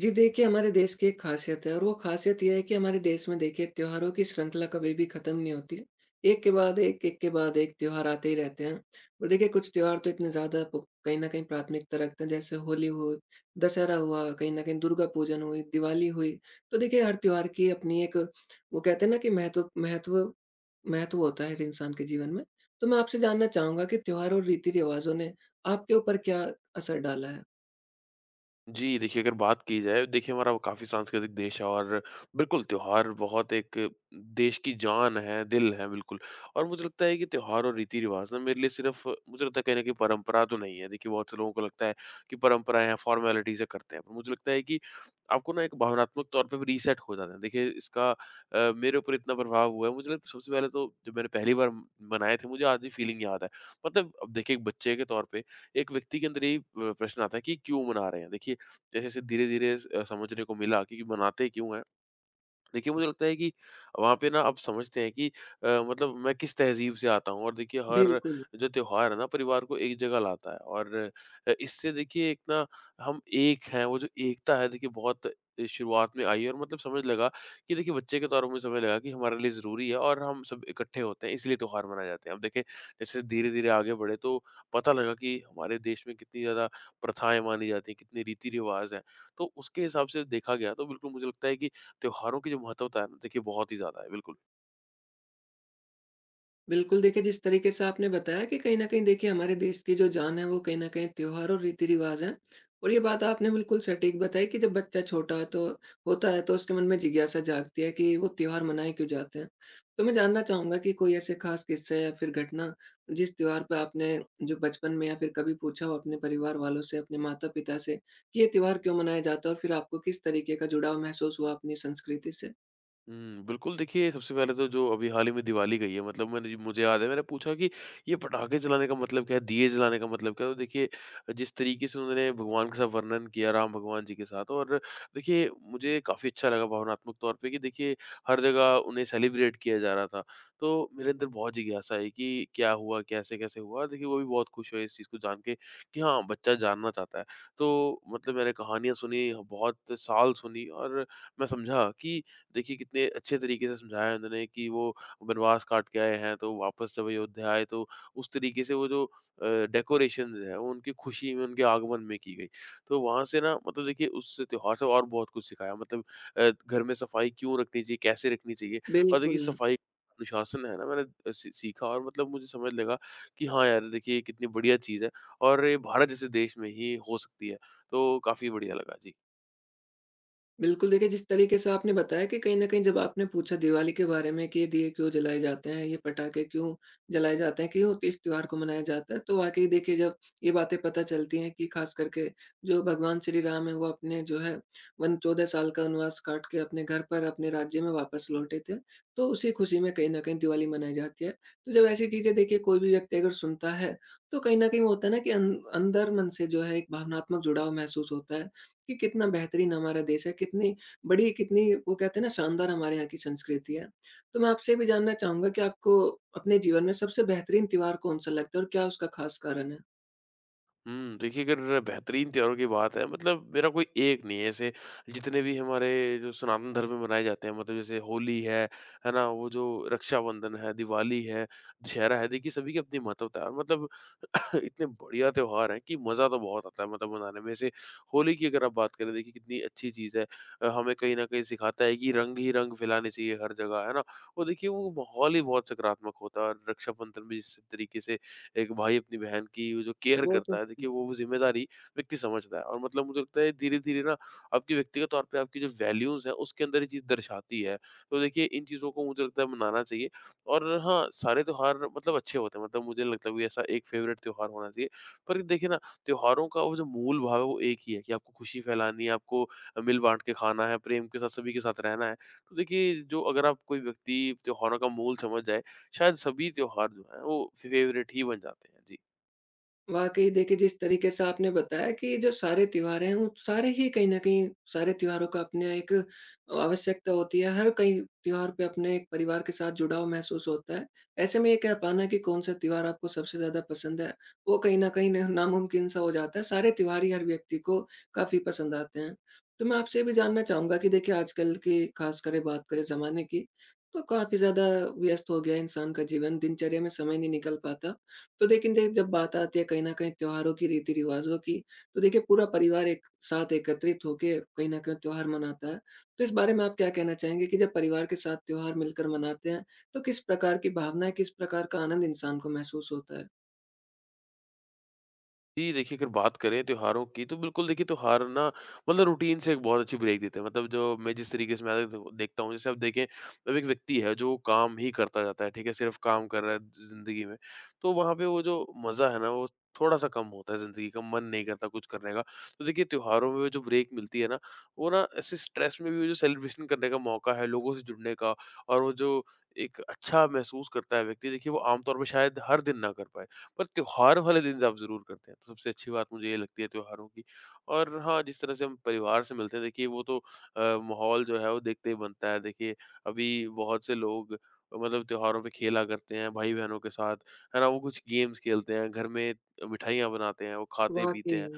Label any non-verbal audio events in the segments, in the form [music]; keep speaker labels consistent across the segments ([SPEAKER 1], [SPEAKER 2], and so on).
[SPEAKER 1] जी देखिए, हमारे देश की एक ख़ासियत है, और वो ख़ासियत ये है कि हमारे देश में देखिए त्योहारों की श्रृंखला कभी भी ख़त्म नहीं होती है। एक के बाद एक, एक के बाद एक त्योहार आते ही रहते हैं। और देखिए कुछ त्योहार तो इतने ज़्यादा प कहीं न कहीं प्राथमिकता रखते हैं, जैसे होली हो, दशहरा हुआ, कहीं न कहीं दुर्गा पूजन हुई, दिवाली हुई। तो देखिए हर त्योहार की अपनी एक, वो कहते हैं ना कि महत्व महत्व महत्व होता है हर इंसान के जीवन में। तो मैं आपसे जानना चाहूँगा कि त्योहार और रीति-रिवाज़ों ने आपके ऊपर क्या असर डाला है?
[SPEAKER 2] जी, देखिए अगर बात की जाए देखिए हमारा काफ़ी सांस्कृतिक देश है और बिल्कुल त्योहार बहुत एक देश की जान है, दिल है बिल्कुल। और मुझे लगता है कि त्योहार और रीति-रिवाज़ ना मेरे लिए सिर्फ़ मुझे लगता है कहीं न कहीं परंपरा तो नहीं है। देखिए बहुत से लोगों को लगता है कि परंपराएँ हैं, फ़ॉर्मेलिटी से करते हैं। पर मुझे लगता है कि आपको ना एक भावनात्मक तौर पे भी रीसेट हो जाना है। देखिए इसका मेरे ऊपर इतना प्रभाव हुआ है मुझे लगता है सबसे पहले तो जब मैंने पहली बार मनाए थे मुझे आज भी फ़ीलिंग याद है। मतलब अब देखिए एक बच्चे के तौर पे एक व्यक्ति के अंदर यही प्रश्न आता है कि क्यों मना रहे हैं? देखिए जैसे-जैसे धीरे-धीरे समझने को मिला कि बनाते क्यों हैं। देखिए मुझे लगता है कि वहाँ पे ना आप समझते हैं कि मतलब मैं किस तहज़ीब से आता हूँ और देखिए हर
[SPEAKER 1] बिल्कुल।
[SPEAKER 2] जो त्योहार है ना परिवार को एक जगह लाता है और इससे देखिए एक ना हम एक हैं, वो जो एकता है देखिए बहुत शुरुआत में आई और मतलब समझ लगा कि देखिए बच्चे के तौर में समझ लगा कि हमारे लिए ज़रूरी है और हम सब इकट्ठे होते हैं इसलिए त्योहार मनाए जाते हैं। अब देखें जैसे धीरे-धीरे आगे बढ़े तो पता लगा कि हमारे देश में कितनी ज़्यादा प्रथाएँ मानी जाती हैं, कितने रीति-रिवाज़ हैं। तो उसके हिसाब से देखा गया तो बिल्कुल मुझे लगता है कि त्योहारों की जो महत्वता है ना देखिए बहुत ही ज़्यादा है। बिल्कुल।
[SPEAKER 1] बिल्कुल देखिए, जिस तरीके से आपने बताया कि कहीं न कहीं देखिए हमारे देश की जो जान है वो कहीं न कहीं त्योहार और रीति-रिवाज़ हैं। और ये बात आपने बिल्कुल सटीक बताई कि जब बच्चा छोटा है, तो होता है, तो उसके मन में जिज्ञासा जागती है कि वो त्योहार मनाए क्यों जाते हैं। तो मैं जानना चाहूँगा कि कोई ऐसे ख़ास किस्सा या फिर घटना जिस त्योहार पे आपने जो बचपन में या फिर कभी पूछा हो अपने परिवार वालों से, अपने माता-पिता से कि ये त्योहार क्यों मनाया जाता है, और फिर आपको किस तरीके का जुड़ाव महसूस हुआ अपनी संस्कृति से?
[SPEAKER 2] हुँ, बिल्कुल देखिए सबसे पहले तो जो अभी हाल ही में दिवाली गई है मतलब मैंने मुझे याद है मैंने पूछा कि ये पटाखे जलाने का मतलब क्या है? दिए जलाने का मतलब क्या है? तो देखिए जिस तरीके से उन्होंने भगवान के साथ वर्णन किया राम भगवान जी के साथ, और देखिए मुझे काफ़ी अच्छा लगा भावनात्मक तौर पे कि देखिए हर जगह उन्हें सेलिब्रेट किया जा रहा था। तो मेरे अंदर बहुत जिज्ञासा आई कि क्या हुआ? कैसे-कैसे हुआ? और देखिए वो भी बहुत खुश हुए इस चीज़ को जान के कि हाँ, बच्चा जानना चाहता है। तो मतलब मैंने कहानियाँ सुनी, बहुत साल सुनी और मैं समझा कि देखिए कितने अच्छे तरीके से समझाया उन्होंने कि वो वनवास काट के आए हैं तो वापस जब अयोध्या आए तो उस तरीके से वो जो डेकोरेशंस है वो उनकी खुशी में उनके आगमन में की गई। तो वहां से ना मतलब देखिए उस त्योहार से और बहुत कुछ सिखाया, मतलब घर में सफाई क्यों रखनी चाहिए, कैसे रखनी चाहिए। और देखिए
[SPEAKER 1] बिल्कुल।
[SPEAKER 2] सफाई अनुशासन है ना, मैंने सीखा, और मतलब मुझे समझ लगा कि हाँ यार देखिए ये कितनी बढ़िया चीज़ है और ये भारत जैसे देश में ही हो सकती है, तो काफ़ी बढ़िया लगा जी।
[SPEAKER 1] बिल्कुल, देखिए जिस तरीके से आपने बताया कि कहीं न कहीं जब आपने पूछा दिवाली के बारे में कि ये दिए क्यों जलाए जाते हैं, ये पटाखे क्यों जलाए जाते हैं, क्यों इस त्योहार को मनाया जाता है। तो वाक़ई देखिए जब ये बातें पता चलती हैं कि ख़ास करके जो भगवान श्री राम हैं वो अपने जो है वन 14 साल का वनवास काट के अपने घर पर, अपने राज्य में वापस लौटे थे। तो उसी खुशी में कहीं न कहीं दिवाली मनाई जाती है। तो जब ऐसी चीज़ें देखिए कोई भी व्यक्ति अगर सुनता है, तो कहीं न कहीं वो होता है ना कि अंदर मन से जो है एक भावनात्मक जुड़ाव महसूस होता है। कि कितना बेहतरीन हमारा देश है, कितनी बड़ी, कितनी वो कहते हैं ना शानदार हमारे यहाँ की संस्कृति है। तो मैं आपसे ये भी जानना चाहूँगा कि आपको अपने जीवन में सबसे बेहतरीन त्योहार कौन-सा लगता है, और क्या उसका ख़ास कारण है?
[SPEAKER 2] हुँ, देखिए अगर बेहतरीन त्योहारों की बात है मतलब मेरा कोई एक नहीं है ऐसे, जितने भी हमारे जो सनातन धर्म में मनाए जाते हैं, मतलब जैसे होली है ना? वो जो रक्षाबंधन है, दिवाली है, दशहरा है, देखिए सभी की अपनी महत्वता है मतलब [laughs] इतने बढ़िया त्योहार हैं कि मज़ा तो बहुत आता है मतलब मनाने में। जैसे होली की अगर आप बात करें देखिए कितनी अच्छी चीज़ है। हमें कहीं न कहीं सिखाता है कि रंग ही रंग फ़ैलाने चाहिए हर जगह, है ना? और देखिए वो माहौल ही बहुत सकारात्मक होता है और रक्षाबंधन भी जिस तरीके से एक भाई अपनी बहन की वो जो केयर
[SPEAKER 1] वो तो
[SPEAKER 2] करता है
[SPEAKER 1] है।
[SPEAKER 2] देखिए वो ज़िम्मेदारी व्यक्ति समझता है। और मतलब मुझे लगता है धीरे-धीरे ना आपके व्यक्तिगत तौर पे आपकी जो वैल्यूज़ हैं उसके अंदर ये चीज़ दर्शाती है। तो देखिए इन चीज़ों को मुझे लगता है मनाना चाहिए। और हाँ, सारे त्योहार मतलब अच्छे होते हैं, मतलब मुझे नहीं लगता कोई ऐसा एक फ़ेवरेट त्योहार होना चाहिए। पर देखिए ना, त्योहारों का वो जो मूल भाव है वो एक ही है कि आपको खुशी फैलानी है, आपको मिल-बाँट के खाना है, प्रेम के साथ सभी के साथ रहना है। तो देखिए जो अगर आप कोई व्यक्ति त्योहारों का मूल समझ जाए, शायद सभी त्योहार जो हैं वो फ़ेवरेट ही बन जाते हैं। जी।
[SPEAKER 1] वाक़ई देखिए, जिस तरीके से आपने बताया कि जो सारे त्योहार हैं, वो सारे ही कहीं न कहीं सारे त्योहारों का अपने एक आवश्यकता होती है। हर कई त्योहार पे अपने एक परिवार के साथ जुड़ाव महसूस होता है। ऐसे में ये कह पाना कि कौन-सा त्योहार आपको सबसे ज़्यादा पसंद है, वो कहीं न नामुमकिन सा हो जाता है। सारे त्योहार ही हर व्यक्ति को काफ़ी पसंद आते हैं। तो मैं आपसे ये भी जानना चाहूँगा कि देखिए आजकल की ख़ास करे बात करें ज़माने की, तो काफ़ी ज़्यादा व्यस्त हो गया है इंसान का जीवन, दिनचर्या में समय नहीं निकल पाता। तो लेकिन देख जब बात आती है कहीं न कहीं त्योहारों की, रीति-रिवाज़ों की, तो देखिए पूरा परिवार एक साथ एकत्रित होके कहीं न कहीं त्योहार मनाता है। तो इस बारे में आप क्या कहना चाहेंगे कि जब परिवार के साथ त्योहार मिलकर मनाते हैं, तो किस प्रकार की भावनाएँ, किस प्रकार का आनंद इंसान को महसूस होता है?
[SPEAKER 2] जी, देखिए अगर बात करें त्योहारों की तो बिल्कुल देखिए त्योहार ना मतलब रूटीन से एक बहुत अच्छी ब्रेक देते हैं। मतलब जो मैं जिस तरीके से मैं आदत देखता हूँ, जैसे आप देखें अब एक व्यक्ति है जो काम ही करता जाता है, ठीक है? सिर्फ़ काम कर रहा है ज़िंदगी में। तो वहाँ पे वो जो मज़ा है ना वो थोड़ा-सा कम होता है ज़िंदगी का, मन नहीं करता कुछ करने का। तो देखिए त्योहारों में जो ब्रेक मिलती है ना, वो ना ऐसे स्ट्रेस में भी वो जो सेलिब्रेशन करने का मौका है, लोगों से जुड़ने का और वो जो एक अच्छा महसूस करता है व्यक्ति देखिए वो आमतौर पे शायद हर दिन ना कर पाए। पर त्योहार वाले दिन आप ज़रूर करते हैं। तो सबसे अच्छी बात मुझे ये लगती है त्योहारों की। और हाँ, जिस तरह से हम परिवार से मिलते हैं देखिए वो तो माहौल जो है वो देखते ही बनता है। देखिए अभी बहुत से लोग मतलब त्योहारों पे खेला करते हैं भाई-बहनों के साथ, है ना? वो कुछ गेम्स खेलते हैं, घर में मिठाइयाँ बनाते हैं, वो खाते-पीते
[SPEAKER 1] वाक़ई।
[SPEAKER 2] हैं।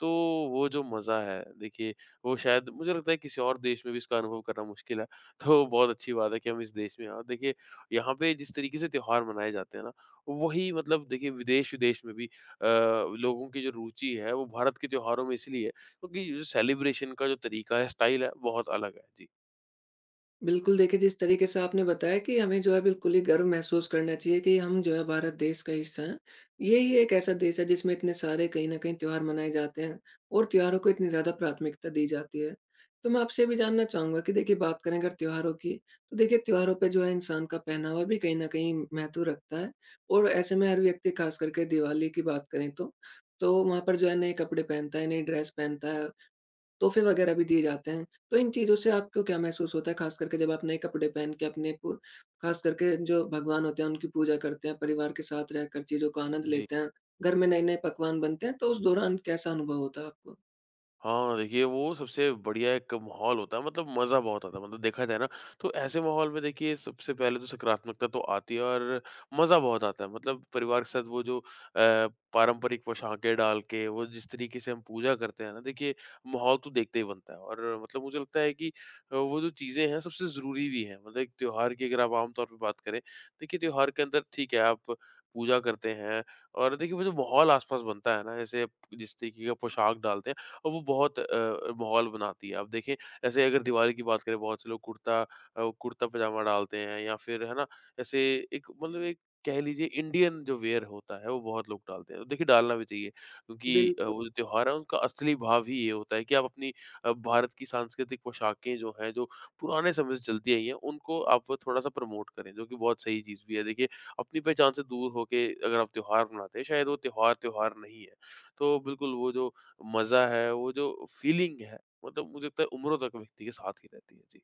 [SPEAKER 2] तो वो जो मज़ा है देखिए वो शायद मुझे लगता है किसी और देश में भी इसका अनुभव करना मुश्किल है। [laughs] तो बहुत अच्छी बात है कि हम इस देश में हैं और देखिए यहाँ पे जिस तरीके से त्योहार मनाए जाते हैं ना वही मतलब देखिए विदेश-विदेश में भी लोगों की जो रुचि है वो भारत के त्योहारों में इसलिए है क्योंकि जो सेलिब्रेशन का जो तरीका है, स्टाइल है, बहुत अलग है। जी।
[SPEAKER 1] बिल्कुल, देखिए जिस तरीके से आपने बताया कि हमें जो है बिल्कुल ही गर्व महसूस करना चाहिए कि हम जो है भारत देश का हिस्सा हैं। यही एक ऐसा देश है जिसमें इतने सारे कहीं न कहीं त्योहार मनाए जाते हैं, और त्योहारों को इतनी ज़्यादा प्राथमिकता दी जाती है। तो मैं आपसे ये भी जानना चाहूँगा कि देखिए बात करें अगर त्योहारों की, तो देखिए त्योहारों पे जो है इंसान का पहनावा भी कहीं न कहीं महत्व रखता है, और ऐसे में हर व्यक्ति खास करके दिवाली की बात करें तो वहाँ पर जो है नए कपड़े पहनता है, नई ड्रेस पहनता है, तोहफे वगैरह भी दिए जाते हैं। तो इन चीज़ों से आपको क्या महसूस होता है ख़ास करके जब आप नए कपड़े पहन के अपने पु ख़ास करके जो भगवान होते हैं उनकी पूजा करते हैं, परिवार के साथ रहकर चीज़ों का आनंद
[SPEAKER 2] जी।
[SPEAKER 1] लेते हैं, घर में नए-नए पकवान बनते हैं, तो उस दौरान कैसा अनुभव होता है आपको?
[SPEAKER 2] हाँ, देखिए वो सबसे बढ़िया एक माहौल होता है मतलब मज़ा बहुत आता है, मतलब देखा जाए ना तो ऐसे माहौल में देखिए सबसे पहले तो सकारात्मकता तो आती है और मज़ा बहुत आता है मतलब परिवार के साथ वो जो पारंपरिक पोशाकें डाल के वो जिस तरीके से हम पूजा करते हैं ना देखिए माहौल तो देखते ही बनता है, और मतलब मुझे लगता है कि वो जो चीज़ें हैं सबसे ज़रूरी भी हैं मतलब एक त्योहार की अगर आप आमतौर पर बात करें देखिए त्योहार के अंदर ठीक है आप पूजा करते हैं और देखिए वो जो माहौल आसपास बनता है ना, जैसे जिस तरीके का पोशाक डालते हैं और वो बहुत माहौल बनाती है। आप देखें ऐसे अगर दिवाली की बात करें बहुत से लोग कुर्ता-पजामा डालते हैं, या फिर है ना ऐसे एक मतलब एक कह लीजिए इंडियन जो वियर होता है वो बहुत लोग डालते हैं। तो देखिए डालना भी चाहिए
[SPEAKER 1] बिल
[SPEAKER 2] क्योंकि वो जो त्योहार है उनका असली भाव ही ये होता है कि आप अपनी भारत की सांस्कृतिक पोशाकें जो हैं जो पुराने समय से चलती आई हैं उनको आप थोड़ा-सा प्रमोट करें, जो कि बहुत सही चीज़ भी है। देखिए अपनी पहचान से दूर होके अगर आप त्योहार मनाते हैं, शायद वो त्योहार, त्योहार नहीं है। तो बिल्कुल वो जो मज़ा है, वो जो फ़ीलिंग है, मतलब मुझे लगता है उम्रों तक व्यक्ति के साथ ही रहती है। जी।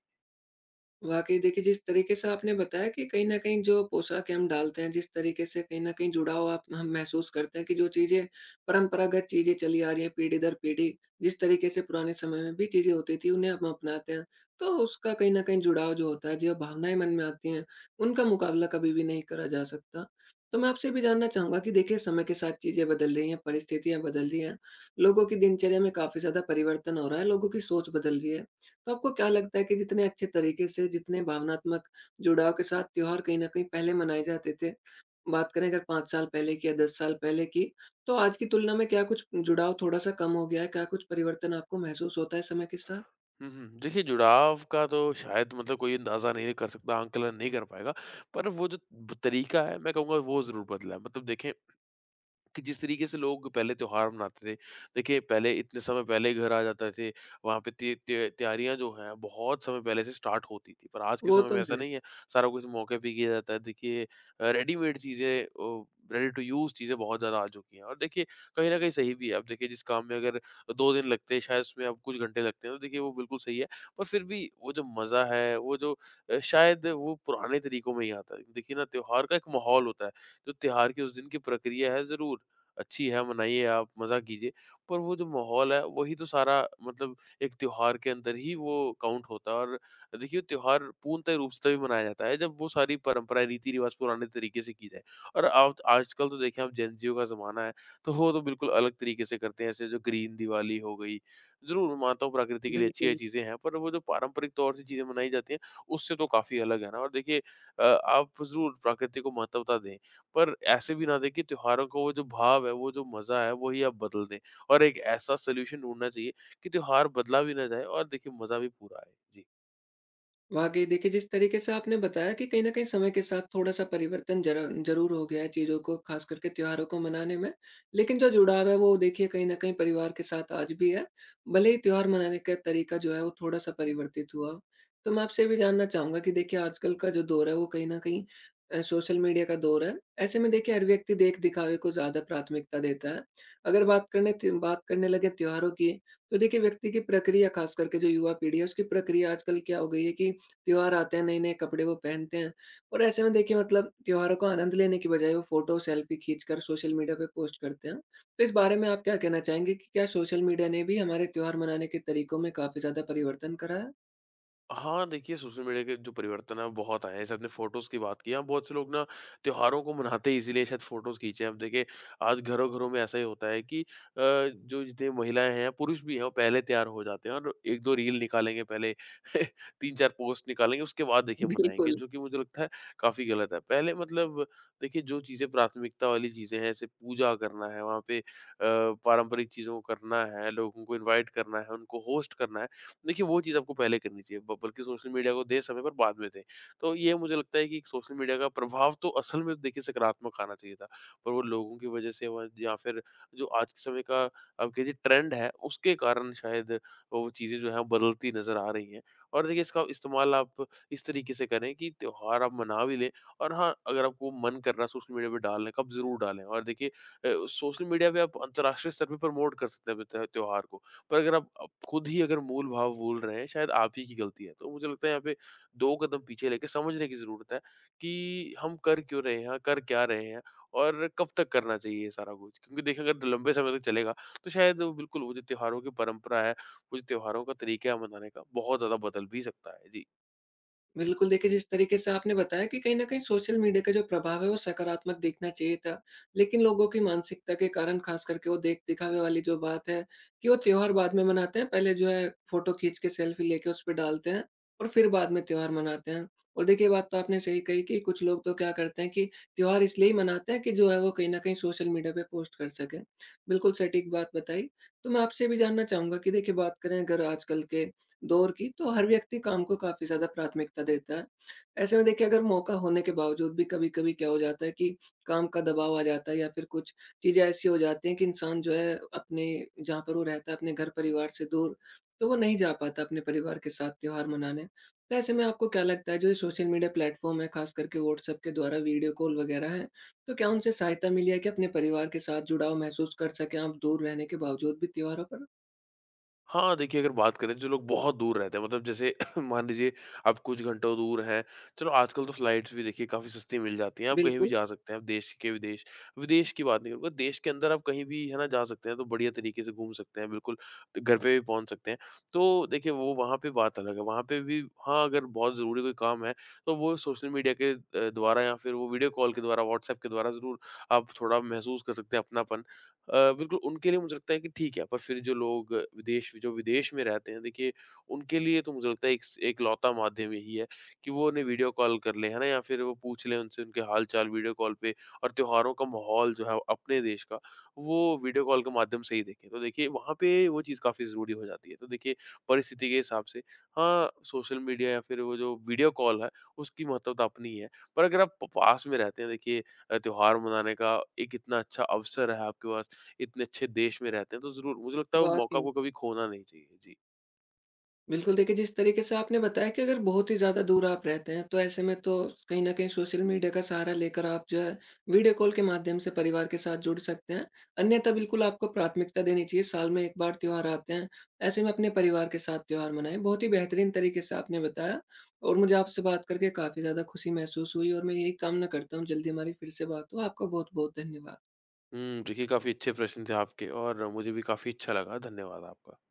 [SPEAKER 1] वाक़ई देखिए, जिस तरीके से आपने बताया कि कहीं न कहीं जो पोशाकें हम डालते हैं, जिस तरीके से कहीं न कहीं जुड़ाव आप हम महसूस करते हैं कि जो चीज़ें परंपरागत चीज़ें चली आ रही हैं पीढ़ी दर पीढ़ी, जिस तरीके से पुराने समय में भी चीज़ें होती थी उन्हें हम अपनाते हैं, तो उसका कहीं न कहीं जुड़ाव जो होता है, जो भावनाएँ मन में आती हैं, उनका मुकाबला कभी भी नहीं करा जा सकता। तो मैं आपसे भी जानना चाहूँगा कि देखिए समय के साथ चीज़ें बदल रही हैं, परिस्थितियाँ बदल रही हैं, लोगों की दिनचर्या में काफ़ी ज़्यादा परिवर्तन हो रहा है, लोगों की सोच बदल रही है। तो आपको क्या लगता है कि जितने अच्छे तरीके से, जितने भावनात्मक जुड़ाव के साथ त्योहार कहीं न कहीं पहले मनाए जाते थे, बात करें अगर 5 साल पहले की या 10 साल पहले की, तो आज की तुलना में क्या कुछ जुड़ाव थोड़ा-सा कम हो गया है? क्या कुछ परिवर्तन आपको महसूस होता है समय के साथ?
[SPEAKER 2] हुँ, हुँ। देखिए जुड़ाव का तो शायद मतलब कोई अंदाज़ा नहीं कर सकता, आंकलन नहीं कर पाएगा। पर वो जो ब तरीका है मैं कहूँगा वो ज़रूर बदला है। मतलब देखें कि जिस तरीके से लोग पहले त्योहार मनाते थे देखिए पहले इतने समय पहले घर आ जाते थे, वहाँ पे तैयारियां जो हैं बहुत समय पहले से स्टार्ट होती थी, पर आज के
[SPEAKER 1] वो
[SPEAKER 2] समय में
[SPEAKER 1] तो
[SPEAKER 2] ऐसा
[SPEAKER 1] है।
[SPEAKER 2] नहीं है। सारा कुछ मौके पे किया जाता है, देखिए रेडीमेड चीज़ें, रेडी टू यूज़ चीज़ें बहुत ज़्यादा आ चुकी हैं, और देखिए कहीं ना कहीं सही भी है। अब देखिए जिस काम में अगर 2 दिन लगते हैं शायद उसमें अब कुछ घंटे लगते हैं, तो देखिए वो बिल्कुल सही है। पर फिर भी वो जो मज़ा है वो जो शायद वो पुराने तरीकों में ही आता है। देखिए ना त्योहार का एक माहौल होता है, जो त्योहार की उस दिन की प्रक्रिया है ज़रूर अच्छी है, मनाइए आप, मज़ा कीजिए। पर वो जो माहौल है, वही तो सारा मतलब एक त्योहार के अंदर ही वो काउंट होता है, और देखिए त्योहार पूर्णतः रूप से तभी मनाया जाता है जब वो सारी परंपराएँ, रीति-रिवाज़ पुराने तरीके से की जाए। और आप आजकल तो देखिए आप जेन ज़ियो का ज़माना है, तो वो तो बिल्कुल अलग तरीके से करते हैं, ऐसे जो ग्रीन दिवाली हो गई। ज़रूर, मैं मानता हूँ प्रकृति के लिए अच्छी ये
[SPEAKER 1] बिल्कुल।
[SPEAKER 2] चीज़ें हैं, पर वो जो पारंपरिक तौर से चीज़ें मनाई जाती हैं, उससे तो काफ़ी अलग है ना। और देखिए आप ज़रूर प्रकृति को महत्वता दें। पर ऐसे भी ना दें कि त्योहारों को वो जो भाव है, वो जो मज़ा है, वही आप बदल दें। और एक ऐसा सॉल्यूशन ढूँढना चाहिए कि त्योहार बदला भी ना जाए और देखिए मज़ा भी पूरा आए। जी।
[SPEAKER 1] वाक़ई देखिए, जिस तरीके से आपने बताया कि कहीं न कहीं समय के साथ थोड़ा-सा परिवर्तन जरा ज़रूर हो गया है चीज़ों को ख़ास करके त्योहारों को मनाने में। लेकिन जो जुड़ाव है वो देखिए कहीं न कहीं परिवार के साथ आज भी है, भले ही त्योहार मनाने का तरीका जो है वो थोड़ा-सा परिवर्तित हुआ हो। तो मैं आपसे ये भी जानना चाहूँगा कि देखिए आजकल का जो दौर है वो कहीं न कहीं सोशल मीडिया का दौर है। ऐसे में देखिए हर व्यक्ति देख-दिखावे को ज़्यादा प्राथमिकता देता है। अगर बात करने लगे त्योहारों की, तो देखिए व्यक्ति की प्रक्रिया ख़ास करके जो युवा पीढ़ी है उसकी प्रक्रिया आजकल क्या हो गई है कि त्योहार आते हैं, नए-नए कपड़े वो पहनते हैं, और ऐसे में देखिए मतलब त्योहारों का आनंद लेने की बजाय वो फ़ोटो, सेल्फी खींचकर सोशल मीडिया पे पोस्ट करते हैं। तो इस बारे में आप क्या कहना चाहेंगे कि क्या सोशल मीडिया ने भी हमारे त्योहार मनाने के तरीकों में काफ़ी ज़्यादा परिवर्तन करा है?
[SPEAKER 2] हाँ, देखिए सोशल मीडिया के जो परिवर्तन हैं वो बहुत आए हैं। जैसे आपने फ़ोटोज़ की बात की, हाँ, बहुत से लोग ना त्योहारों को मनाते हैं इसीलिए शायद फ़ोटोज़ खींचे हैं। अब देखिए आज घरों-घरों में ऐसा ही होता है कि जो जितनी महिलाएँ हैं, पुरुष भी हैं, वो पहले तैयार हो जाते हैं और 1-2 रील निकालेंगे पहले [laughs] 3-4 पोस्ट निकालेंगे, उसके बाद देखिए मनाएँगे,
[SPEAKER 1] बिल्कुल।
[SPEAKER 2] जो कि मुझे लगता है काफ़ी गलत है। पहले मतलब देखिए जो चीज़ें प्राथमिकता वाली चीज़ें हैं, जैसे पूजा करना है, वहाँ पे पारंपरिक चीज़ों को करना है, लोगों को इनवाइट करना है, उनको होस्ट करना है, देखिए वो चीज़ आपको पहले करनी चाहिए ब बल्कि सोशल मीडिया को दें समय पर बाद में दें। तो ये मुझे लगता है कि सोशल मीडिया का प्रभाव तो असल में देखिए सकारात्मक आना चाहिए था। पर वो लोगों की वजह से व या फिर जो आज के समय का आप कहिए ट्रेंड है उसके कारण शायद वो चीज़ें जो हैं बदलती नज़र आ रही हैं। और देखिए इसका इस्तेमाल आप इस तरीके से करें कि त्योहार आप मना भी लें और हाँ, अगर आपको मन कर रहा है सोशल मीडिया पे डालने का आप ज़रूर डालें। और देखिए सोशल मीडिया पे आप अंतर्राष्ट्रीय स्तर पे प्रमोट कर सकते हैं अपने त्योहार को। पर अगर आप खुद ही अगर मूल भाव भूल रहे हैं, शायद आप ही की गलती है। तो मुझे लगता है यहाँ पे 2 कदम पीछे लेके समझने की ज़रूरत है कि हम कर क्यों रहे हैं, कर क्या रहे हैं और कब तक करना चाहिए ये सारा कुछ? क्योंकि देखिए अगर लंबे समय तक चलेगा, तो शायद वो बिल्कुल वो जो त्योहारों की परंपरा है, वो जो त्योहारों का तरीका है मनाने का, बहुत ज़्यादा बदल भी सकता है। जी।
[SPEAKER 1] बिल्कुल, देखिए जिस तरीके से आपने बताया कि कहीं न कहीं सोशल मीडिया का जो प्रभाव है वो सकारात्मक दिखना चाहिए था। लेकिन लोगों की मानसिकता के कारण ख़ास करके वो देख-दिखावे वाली जो बात है कि वो त्योहार बाद में मनाते हैं, पहले जो है फ़ोटो खींच के सेल्फी लेके उस पे डालते हैं, और फिर बाद में त्योहार मनाते हैं। और देखिए ये बात तो आपने सही कही कि कुछ लोग तो क्या करते हैं कि त्योहार इसलिए ही मनाते हैं कि जो है वो कहीं न कहीं सोशल मीडिया पे पोस्ट कर सकें। बिल्कुल सटीक बात बताई। तो मैं आपसे ये भी जानना चाहूँगा कि देखिए बात करें अगर आजकल के दौर की, तो हर व्यक्ति काम को काफ़ी ज़्यादा प्राथमिकता देता है। ऐसे में देखिए अगर मौका होने के बावजूद भी कभी-कभी क्या हो जाता है कि काम का दबाव आ जाता है या फिर कुछ चीज़ें ऐसी हो जाती हैं कि इंसान जो है अपने जहाँ पर वो रहता है, अपने घर-परिवार से दूर, तो वो नहीं जा पाता अपने परिवार के साथ त्योहार मनाने। तो ऐसे में आपको क्या लगता है जो ये सोशल मीडिया प्लेटफ़ॉर्म है, ख़ास करके व्हाट्सऐप के द्वारा वीडियो कॉल वगैरह है, तो क्या उनसे सहायता मिली है कि अपने परिवार के साथ जुड़ाव महसूस कर सकें आप दूर रहने के बावजूद भी त्योहारों पर?
[SPEAKER 2] हाँ, देखिए अगर बात करें जो लोग बहुत दूर रहते हैं मतलब जैसे [clears throat] मान लीजिए आप कुछ घंटों दूर हैं, चलो आजकल तो फ्लाइट्स भी देखिए काफ़ी सस्ती मिल जाती हैं, आप कहीं भी
[SPEAKER 1] बिल्कुल,
[SPEAKER 2] जा सकते हैं, आप देश के विदेश विदेश की बात नहीं करूँगा, देश के अंदर आप कहीं भी है ना जा सकते हैं, तो बढ़िया तरीके से घूम सकते हैं, बिल्कुल घर पे भी पहुँच सकते हैं। तो देखिए वो वहाँ पे बात अलग है, वहाँ पे भी हाँ, अगर बहुत ज़रूरी कोई काम है, तो वो सोशल मीडिया के द्वारा या फिर वो वीडियो कॉल के द्वारा, व्हाट्सएप के द्वारा ज़रूर आप थोड़ा महसूस कर सकते हैं अपनापन। बिल्कुल उनके लिए मुझे लगता है कि ठीक है, पर फिर जो विदेश में रहते हैं, देखिए उनके लिए तो मुझे लगता है एक स एकलौता माध्यम यही है कि वो उन्हें वीडियो कॉल कर लें, है ना? या फिर वो पूछ लें उनसे उनके हाल-चाल वीडियो कॉल पे और त्योहारों का माहौल जो है वो अपने देश का, वो वीडियो कॉल के माध्यम से ही देखें। तो देखिए वहाँ पे वो चीज़ काफ़ी ज़रूरी हो जाती है। तो देखिए परिस्थिति के हिसाब से हाँ, सोशल मीडिया या फिर वो जो वीडियो कॉल है, उसकी महत्वता अपनी ही है। पर अगर आप प पास में रहते हैं देखिए त्योहार मनाने का एक इतना अच्छा अवसर है आपके पास इतने अच्छे देश में रहते हैं, तो ज़रूर मुझे लगता है वो मौका
[SPEAKER 1] वाक़ई।
[SPEAKER 2] को कभी खोना नहीं चाहिए। जी।
[SPEAKER 1] बिल्कुल, देखिए जिस तरीके से आपने बताया कि अगर बहुत ही ज़्यादा दूर आप रहते हैं, तो ऐसे में तो कहीं न कहीं सोशल मीडिया का सहारा लेकर आप जो है वीडियो कॉल के माध्यम से परिवार के साथ जुड़ सकते हैं। अन्यथा बिल्कुल आपको प्राथमिकता देनी चाहिए, साल में 1 बार त्योहार आते हैं, ऐसे में अपने परिवार के साथ त्योहार मनाएँ। बहुत ही बेहतरीन तरीके से आपने बताया, और मुझे आपसे बात करके काफ़ी ज़्यादा खुशी महसूस हुई, और मैं यही कामना करता हूँ जल्दी हमारी फिर से बात हो। आपका बहुत-बहुत धन्यवाद।
[SPEAKER 2] हुँ, देखिए काफ़ी अच्छे प्रश्न थे आपके और मुझे भी काफ़ी अच्छा लगा। धन्यवाद आपका।